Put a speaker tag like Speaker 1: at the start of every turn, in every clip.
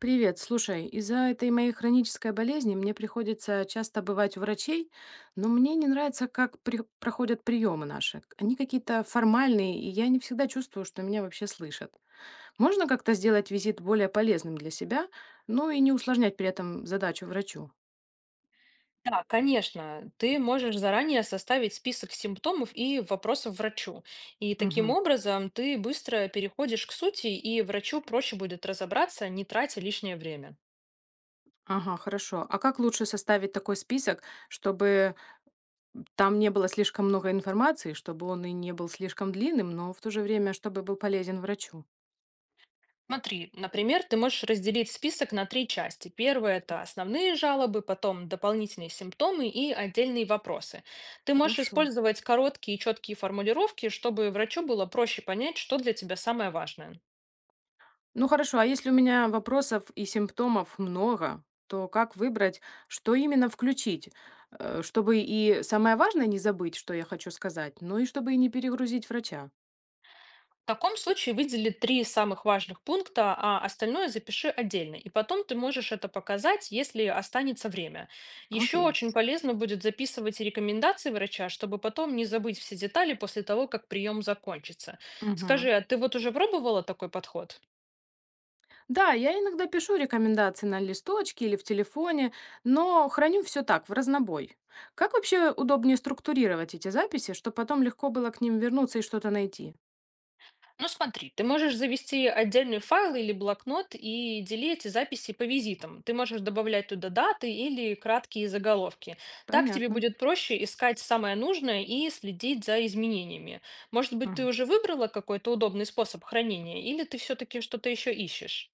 Speaker 1: Привет, слушай, из-за этой моей хронической болезни мне приходится часто бывать у врачей, но мне не нравится, как проходят приемы наши. Они какие-то формальные, и я не всегда чувствую, что меня вообще слышат. Можно как-то сделать визит более полезным для себя, ну и не усложнять при этом задачу врачу?
Speaker 2: Да, конечно, ты можешь заранее составить список симптомов и вопросов врачу. И таким
Speaker 1: Мгм.
Speaker 2: образом ты быстро переходишь к сути, и врачу проще будет разобраться, не тратя лишнее время.
Speaker 1: Ага, хорошо. А как лучше составить такой список, чтобы там не было слишком много информации, чтобы он и не был слишком длинным, но в то же время, чтобы был полезен врачу?
Speaker 2: Смотри, например, ты можешь разделить список на три части. Первая– это основные жалобы, потом дополнительные симптомы и отдельные вопросы. Ты можешь
Speaker 1: Хорошо.
Speaker 2: использовать короткие и четкие формулировки, чтобы врачу было проще понять, что для тебя самое важное.
Speaker 1: Ну хорошо, а если у меня вопросов и симптомов много, то как выбрать, что именно включить, чтобы и самое важное не забыть, что я хочу сказать, но и чтобы и не перегрузить врача?
Speaker 2: В таком случае выдели три самых важных пункта, а остальное запиши отдельно. И потом ты можешь это показать, если останется время. Еще
Speaker 1: Окей.
Speaker 2: очень полезно будет записывать рекомендации врача, чтобы потом не забыть все детали после того, как прием закончится. Скажи,
Speaker 1: Мгм.
Speaker 2: а ты вот уже пробовала такой подход?
Speaker 1: Да, я иногда пишу рекомендации на листочке или в телефоне, но храню все так, в разнобой. Как вообще удобнее структурировать эти записи, чтобы потом легко было к ним вернуться и что-то найти?
Speaker 2: Ну смотри, ты можешь завести отдельный файл или блокнот и делить эти записи по визитам. Ты можешь добавлять туда даты или краткие заголовки. Так тебе
Speaker 1: Понятно.
Speaker 2: будет проще искать самое нужное и следить за изменениями. Может быть, ты уже выбрала какой-то удобный способ хранения, или ты все-таки что-то еще ищешь?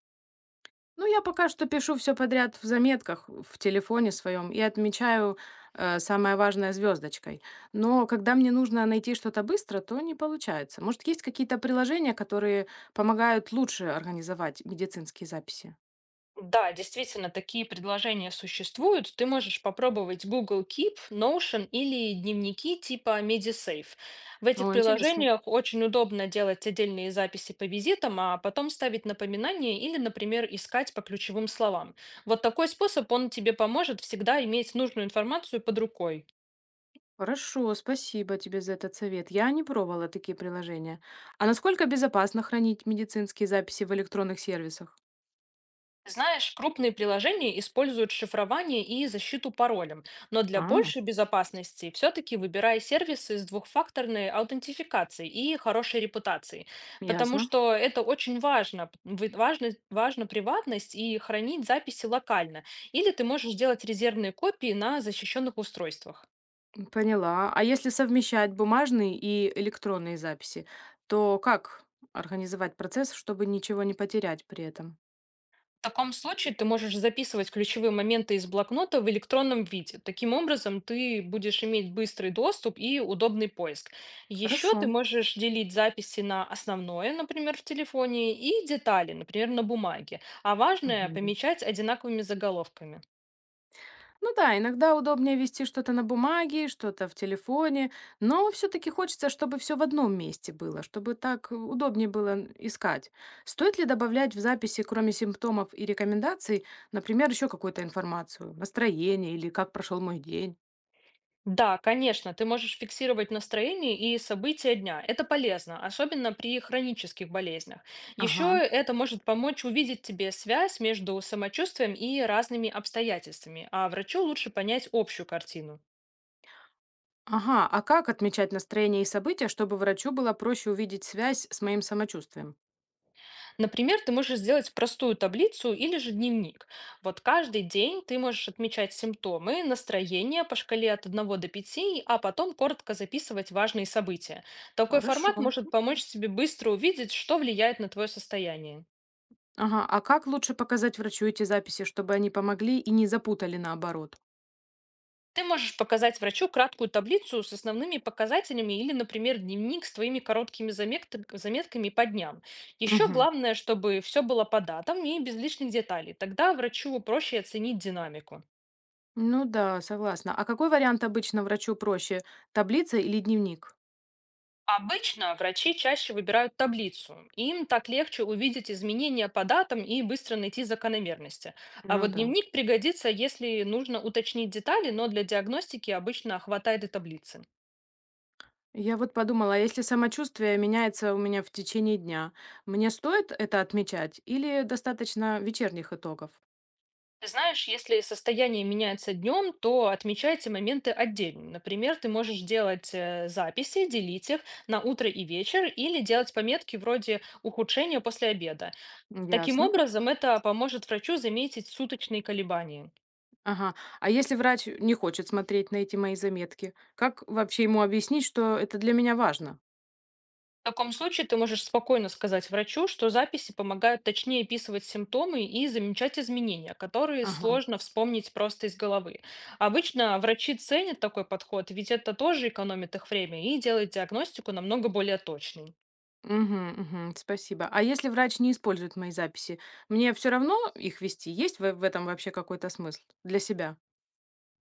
Speaker 1: Ну, я пока что пишу все подряд в заметках в телефоне своем и отмечаю, самое важное звездочкой, но когда мне нужно найти что-то быстро, то не получается. Может, есть какие-то приложения, которые помогают лучше организовать медицинские записи?
Speaker 2: Да, действительно, такие предложения существуют. Ты можешь попробовать Google Keep, Notion или дневники типа MediSafe. В этих
Speaker 1: О, интересно.
Speaker 2: приложениях очень удобно делать отдельные записи по визитам, а потом ставить напоминания или, например, искать по ключевым словам. Вот такой способ, он тебе поможет всегда иметь нужную информацию под рукой.
Speaker 1: Хорошо, спасибо тебе за этот совет. Я не пробовала такие приложения. А насколько безопасно хранить медицинские записи в электронных сервисах?
Speaker 2: Знаешь, крупные приложения используют шифрование и защиту паролем, но для
Speaker 1: А,
Speaker 2: большей безопасности все-таки выбирай сервисы с двухфакторной аутентификацией и хорошей репутацией, потому
Speaker 1: ясно.
Speaker 2: что это очень важно. Важно приватность и хранить записи локально, или ты можешь делать резервные копии на защищенных устройствах.
Speaker 1: Поняла. А если совмещать бумажные и электронные записи, то как организовать процесс, чтобы ничего не потерять при этом?
Speaker 2: В таком случае ты можешь записывать ключевые моменты из блокнота в электронном виде. Таким образом, ты будешь иметь быстрый доступ и удобный поиск. Еще ты
Speaker 1: Хорошо.
Speaker 2: можешь делить записи на основное, например, в телефоне, и детали, например, на бумаге. А важное
Speaker 1: Мгм.
Speaker 2: помечать одинаковыми заголовками.
Speaker 1: Ну да, иногда удобнее вести что-то на бумаге, что-то в телефоне, но все-таки хочется, чтобы все в одном месте было, чтобы так удобнее было искать. Стоит ли добавлять в записи, кроме симптомов и рекомендаций, например, еще какую-то информацию, настроение или как прошел мой день?
Speaker 2: Да, конечно, ты можешь фиксировать настроение и события дня. Это полезно, особенно при хронических болезнях. Еще
Speaker 1: Ага.
Speaker 2: это может помочь увидеть тебе связь между самочувствием и разными обстоятельствами, а врачу лучше понять общую картину.
Speaker 1: Ага, а как отмечать настроение и события, чтобы врачу было проще увидеть связь с моим самочувствием?
Speaker 2: Например, ты можешь сделать простую таблицу или же дневник. Вот каждый день ты можешь отмечать симптомы, настроение по шкале от одного до пяти, а потом коротко записывать важные события. Такой
Speaker 1: Хорошо.
Speaker 2: формат может помочь тебе быстро увидеть, что влияет на твое состояние.
Speaker 1: Ага, а как лучше показать врачу эти записи, чтобы они помогли и не запутали наоборот?
Speaker 2: Ты можешь показать врачу краткую таблицу с основными показателями или, например, дневник с твоими короткими заметками по дням. Еще
Speaker 1: Угу.
Speaker 2: главное, чтобы все было по датам и без лишних деталей. Тогда врачу проще оценить динамику.
Speaker 1: Ну да, согласна. А какой вариант обычно врачу проще? Таблица или дневник?
Speaker 2: Обычно врачи чаще выбирают таблицу. Им так легче увидеть изменения по датам и быстро найти закономерности. А
Speaker 1: Ну
Speaker 2: вот
Speaker 1: да.
Speaker 2: дневник пригодится, если нужно уточнить детали, но для диагностики обычно хватает и таблицы.
Speaker 1: Я вот подумала, а если самочувствие меняется у меня в течение дня, мне стоит это отмечать или достаточно вечерних итогов?
Speaker 2: Ты знаешь, если состояние меняется днем, то отмечайте моменты отдельно. Например, ты можешь делать записи, делить их на утро и вечер или делать пометки вроде ухудшения после обеда. Таким
Speaker 1: Ясно.
Speaker 2: образом, это поможет врачу заметить суточные колебания.
Speaker 1: Ага. А если врач не хочет смотреть на эти мои заметки, как вообще ему объяснить, что это для меня важно?
Speaker 2: В таком случае ты можешь спокойно сказать врачу, что записи помогают точнее описывать симптомы и замечать изменения, которые
Speaker 1: Ага.
Speaker 2: сложно вспомнить просто из головы. Обычно врачи ценят такой подход, ведь это тоже экономит их время и делает диагностику намного более точной.
Speaker 1: Мгм, мгм. Спасибо. А если врач не использует мои записи, мне все равно их вести? Есть в этом вообще какой-то смысл для себя?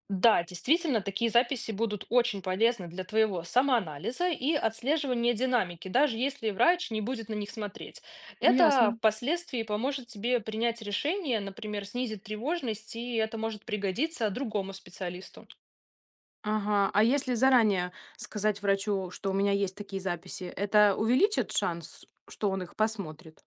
Speaker 2: Да, действительно, такие записи будут очень полезны для твоего самоанализа и отслеживания динамики, даже если врач не будет на них смотреть. Это
Speaker 1: Ясно.
Speaker 2: впоследствии поможет тебе принять решение, например, снизит тревожность, и это может пригодиться другому специалисту.
Speaker 1: Ага. А если заранее сказать врачу, что у меня есть такие записи, это увеличит шанс, что он их посмотрит?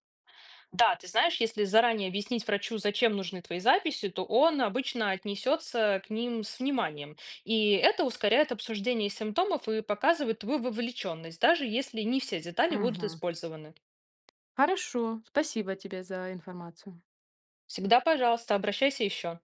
Speaker 2: Да, ты знаешь, если заранее объяснить врачу, зачем нужны твои записи, то он обычно отнесется к ним с вниманием. И это ускоряет обсуждение симптомов и показывает твою вовлеченность, даже если не все детали будут
Speaker 1: Мгм.
Speaker 2: использованы.
Speaker 1: Хорошо. Спасибо тебе за информацию.
Speaker 2: Всегда, пожалуйста, обращайся еще.